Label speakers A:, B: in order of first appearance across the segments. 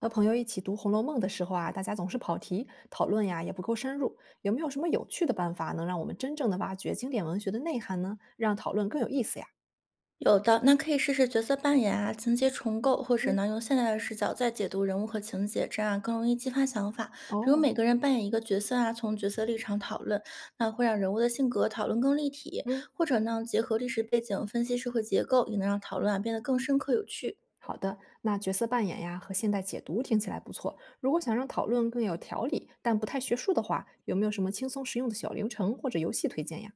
A: 和朋友一起读《红楼梦》的时候啊，大家总是跑题，讨论呀也不够深入。有没有什么有趣的办法能让我们真正的挖掘经典文学的内涵呢？让讨论更有意思呀？
B: 有的，那可以试试角色扮演啊，情节重构，或者
A: 嗯
B: 呢用现代的视角再解读人物和情节，这样更容易激发想法。比如
A: 哦，
B: 每个人扮演一个角色啊，从角色立场讨论，那会让人物的性格讨论更立体。
A: 嗯，
B: 或者呢，结合历史背景分析社会结构，也能让讨论啊变得更深刻有趣。
A: 好的。那角色扮演呀和现代解读听起来不错。如果想让讨论更有条理，但不太学术的话，有没有什么轻松实用的小流程或者游戏推荐呀？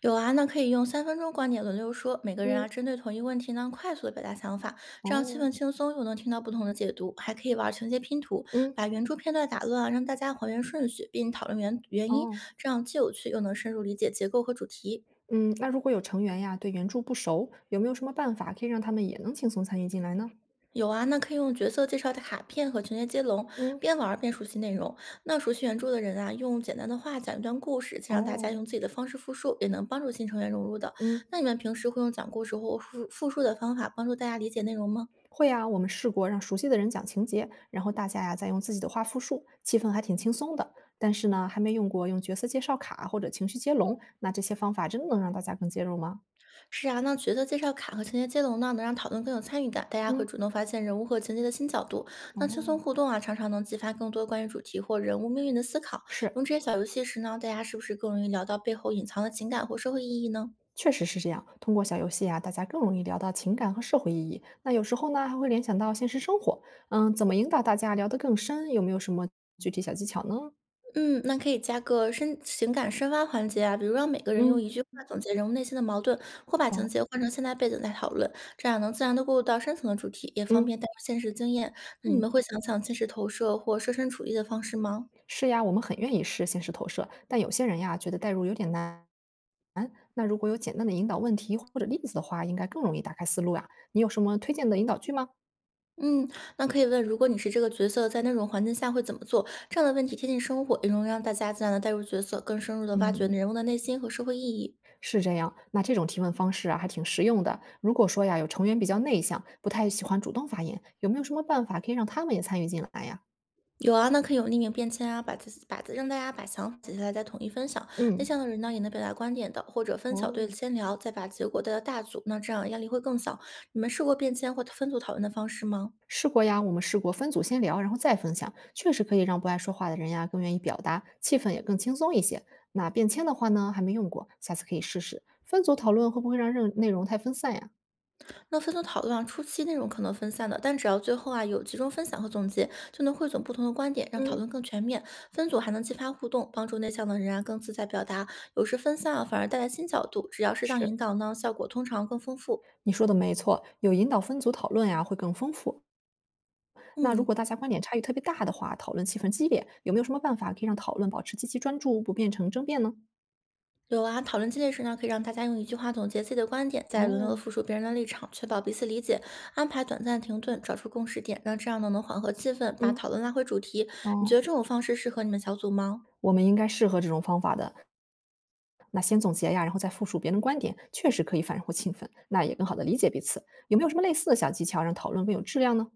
B: 有啊，那可以用3分钟观点轮流说，每个人啊
A: 嗯
B: 针对同一问题呢，快速的表达想法，这样气
A: 哦，
B: 氛轻松，又能听到不同的解读，还可以玩情节拼图，
A: 嗯，
B: 把原著片段打乱啊，让大家还原顺序，并讨论原原因，
A: 哦，
B: 这样既有趣又能深入理解结构和主题。
A: 嗯，那如果有成员呀对原著不熟，有没有什么办法可以让他们也能轻松参与进来呢？
B: 有啊，那可以用角色介绍的卡片和情节接龙，
A: 嗯
B: 边玩儿边熟悉内容。那熟悉原著的人啊，用简单的话讲一段故事，再让大家
A: 哦，
B: 用自己的方式复述，也能帮助新成员融入的。
A: 嗯，
B: 那你们平时会用讲故事或复述的方法帮助大家理解内容吗？
A: 会啊，我们试过让熟悉的人讲情节，然后大家呀再用自己的话复述，气氛还挺轻松的。但是呢，还没用过用角色介绍卡或者情绪接龙，那这些方法真的能让大家更接入吗？
B: 是啊，那角色介绍卡和情节接龙呢，能让讨论更有参与感，大家会
A: 嗯，
B: 主动发现人物和情节的新角度。那轻松
A: 哦，
B: 互动啊，常常能激发更多关于主题或人物命运的思考。
A: 是，
B: 用这些小游戏时呢，大家是不是更容易聊到背后隐藏的情感或社会意义呢？
A: 确实是这样。通过小游戏啊，大家更容易聊到情感和社会意义。那有时候呢，还会联想到现实生活。嗯，怎么引导大家聊得更深？有没有什么具体小技巧呢？
B: 嗯，那可以加个深情感深挖环节啊，比如让每个人用一
A: 嗯，
B: 句话总结人物内心的矛盾，或把情
A: 哦，
B: 节换成现代背景再讨论，这样能自然的过渡到深层的主题，也方
A: 嗯
B: 便带入现实经验。那你
A: 嗯，
B: 们会想想现实投射或设身处地的方式吗？
A: 是呀，我们很愿意试现实投射，但有些人呀，觉得代入有点难。嗯，那如果有简单的引导问题或者例子的话，应该更容易打开思路呀。你有什么推荐的引导句吗？
B: 嗯，那可以问，如果你是这个角色，在那种环境下会怎么做？这样的问题贴近生活，也容易让大家自然的带入角色，更深入的挖掘
A: 嗯，
B: 人物的内心和社会意义。
A: 是这样。那这种提问方式啊，还挺实用的。如果说呀，有成员比较内向，不太喜欢主动发言，有没有什么办法可以让他们也参与进来呀？
B: 有啊，那可以有匿名便签啊，把自己把让大家把想法写下来再统一分享。内
A: 嗯，
B: 向的人呢也能表达观点的，或者分小队
A: 哦，
B: 先聊，再把结果带到大组，那这样压力会更小。你们试过便签或分组讨论的方式吗？
A: 试过呀，我们试过分组先聊，然后再分享，确实可以让不爱说话的人呀更愿意表达，气氛也更轻松一些。那便签的话呢，还没用过，下次可以试试。分组讨论会不会让任内容太分散呀？
B: 那分组讨论啊，初期内容可能分散的，但只要最后啊有集中分享和总结，就能汇总不同的观点，让讨
A: 嗯，
B: 论更全面。分组还能激发互动，帮助内向的人啊更自在表达。有时分散啊反而带来新角度，只要适当引
A: 是。
B: 导呢，效果通常更丰富。
A: 你说的没错，有引导分组讨论呀，会更丰富。那如
B: 嗯，
A: 果大家观点差异特别大的话，讨论气氛激烈，有没有什么办法可以让讨论保持积极专注，不变成争辩呢？
B: 有啊，讨论激烈时呢，可以让大家用一句话总结自己的观点，再轮流的
A: 哦，
B: 复述别人的立场，确保彼此理解。安排短暂的停顿，找出共识点，那这样呢能缓和气氛，把
A: 嗯，
B: 讨论拉回主题。你觉
A: 哦，
B: 得这种方式适合你们小组吗？
A: 我们应该适合这种方法的。那先总结呀，然后再复述别人观点，确实可以反馈气氛，那也更好的理解彼此。有没有什么类似的小技巧让讨论更有质量呢？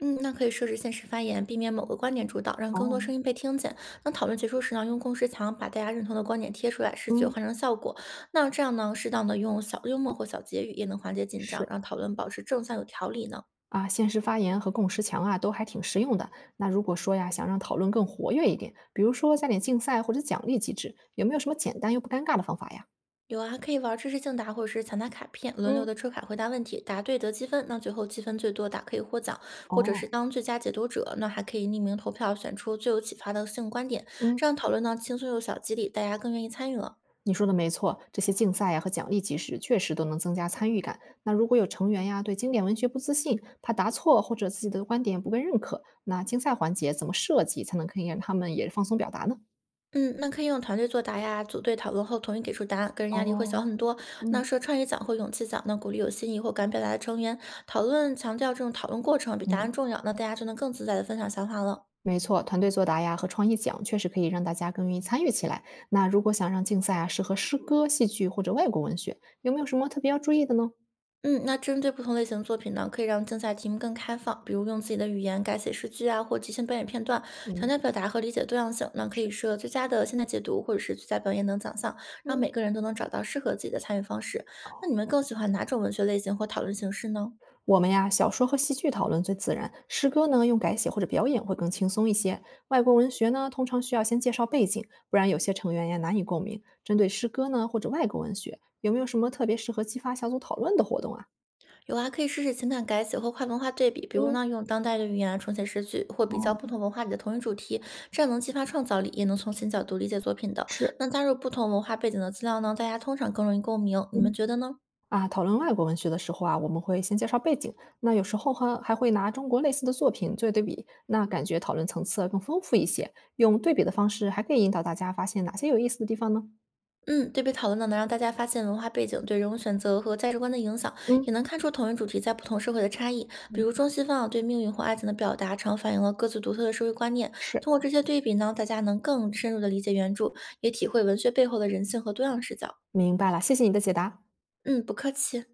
B: 嗯，那可以设置限时发言，避免某个观点主导，让更多
A: 哦，
B: 声音被听见。那讨论结束时呢，用共识墙把大家认同的观点贴出来，视觉
A: 嗯，
B: 换成效果。那这样呢，适当的用小幽默或小结语，也能缓解紧张，
A: 是。
B: 让讨论保持正向有条理呢。
A: 啊，限时发言和共识墙啊，都还挺实用的。那如果说呀，想让讨论更活跃一点，比如说加点竞赛或者奖励机制，有没有什么简单又不尴尬的方法呀？
B: 有啊，还可以玩知识竞答或者是抢答卡片，轮流
A: 嗯，
B: 的抽卡回答问题，答对得积分，那最后积分最多的可以获奖，或者是
A: 哦，
B: 当最佳解读者，那还可以匿名投票选出最有启发的性观点，
A: 嗯，
B: 这样讨论呢轻松有小激励，大家更愿意参与了。
A: 你说的没错，这些竞赛呀和奖励机制确实都能增加参与感。那如果有成员呀对经典文学不自信，怕答错或者自己的观点不被认可，那竞赛环节怎么设计才能可以让他们也放松表达呢？
B: 嗯，那可以用团队作答呀，组队讨论后统一给出答案，个人压力会
A: 哦，
B: 小很多。那
A: 嗯
B: 设创意奖或勇气奖呢，鼓励有新意或敢表达的成员讨论，强调这种讨论过程比答案
A: 嗯。
B: 重要，那大家就能更自在的分享想法了。
A: 没错，团队作答呀和创意奖确实可以让大家更愿意参与起来。那如果想让竞赛啊适合诗歌、戏剧或者外国文学，有没有什么特别要注意的呢？
B: 嗯，那针对不同类型的作品呢，可以让竞赛题目更开放，比如用自己的语言改写诗句啊，或即兴表演片段，强
A: 嗯
B: 调表达和理解多样性。那可以设最佳的现代解读或者是最佳表演等奖项，让
A: 嗯，
B: 每个人都能找到适合自己的参与方式。那你们更喜欢哪种文学类型或讨论形式呢？
A: 我们呀小说和戏剧讨论最自然，诗歌呢用改写或者表演会更轻松一些。外国文学呢通常需要先介绍背景，不然有些成员呀难以共鸣。针对诗歌呢或者外国文学，有没有什么特别适合激发小组讨论的活动啊？
B: 有啊，可以试试情感改写或跨文化对比，比如
A: 嗯，
B: 呢，用当代的语言啊重写诗句，或比
A: 哦，
B: 较不同文化里的同一主题，这样能激发创造力，也能从新角度理解作品的。
A: 是，
B: 那加入不同文化背景的资料呢，大家通常更容易共鸣，你们觉得呢？
A: 啊，讨论外国文学的时候啊，我们会先介绍背景，那有时候还会拿中国类似的作品做对比，那感觉讨论层次更丰富一些。用对比的方式，还可以引导大家发现哪些有意思的地方呢？
B: 嗯，对比讨论呢，能让大家发现文化背景对人物选择和价值观的影响，
A: 嗯，
B: 也能看出同一主题在不同社会的差异。比
A: 嗯，
B: 如中西方啊对命运或爱情的表达，常反映了各自独特的社会观念。通
A: 是。
B: 过这些对比呢，大家能更深入的理解原著，也体会文学背后的人性和多样视角。
A: 明白了，谢谢你的解答。
B: 嗯，不客气。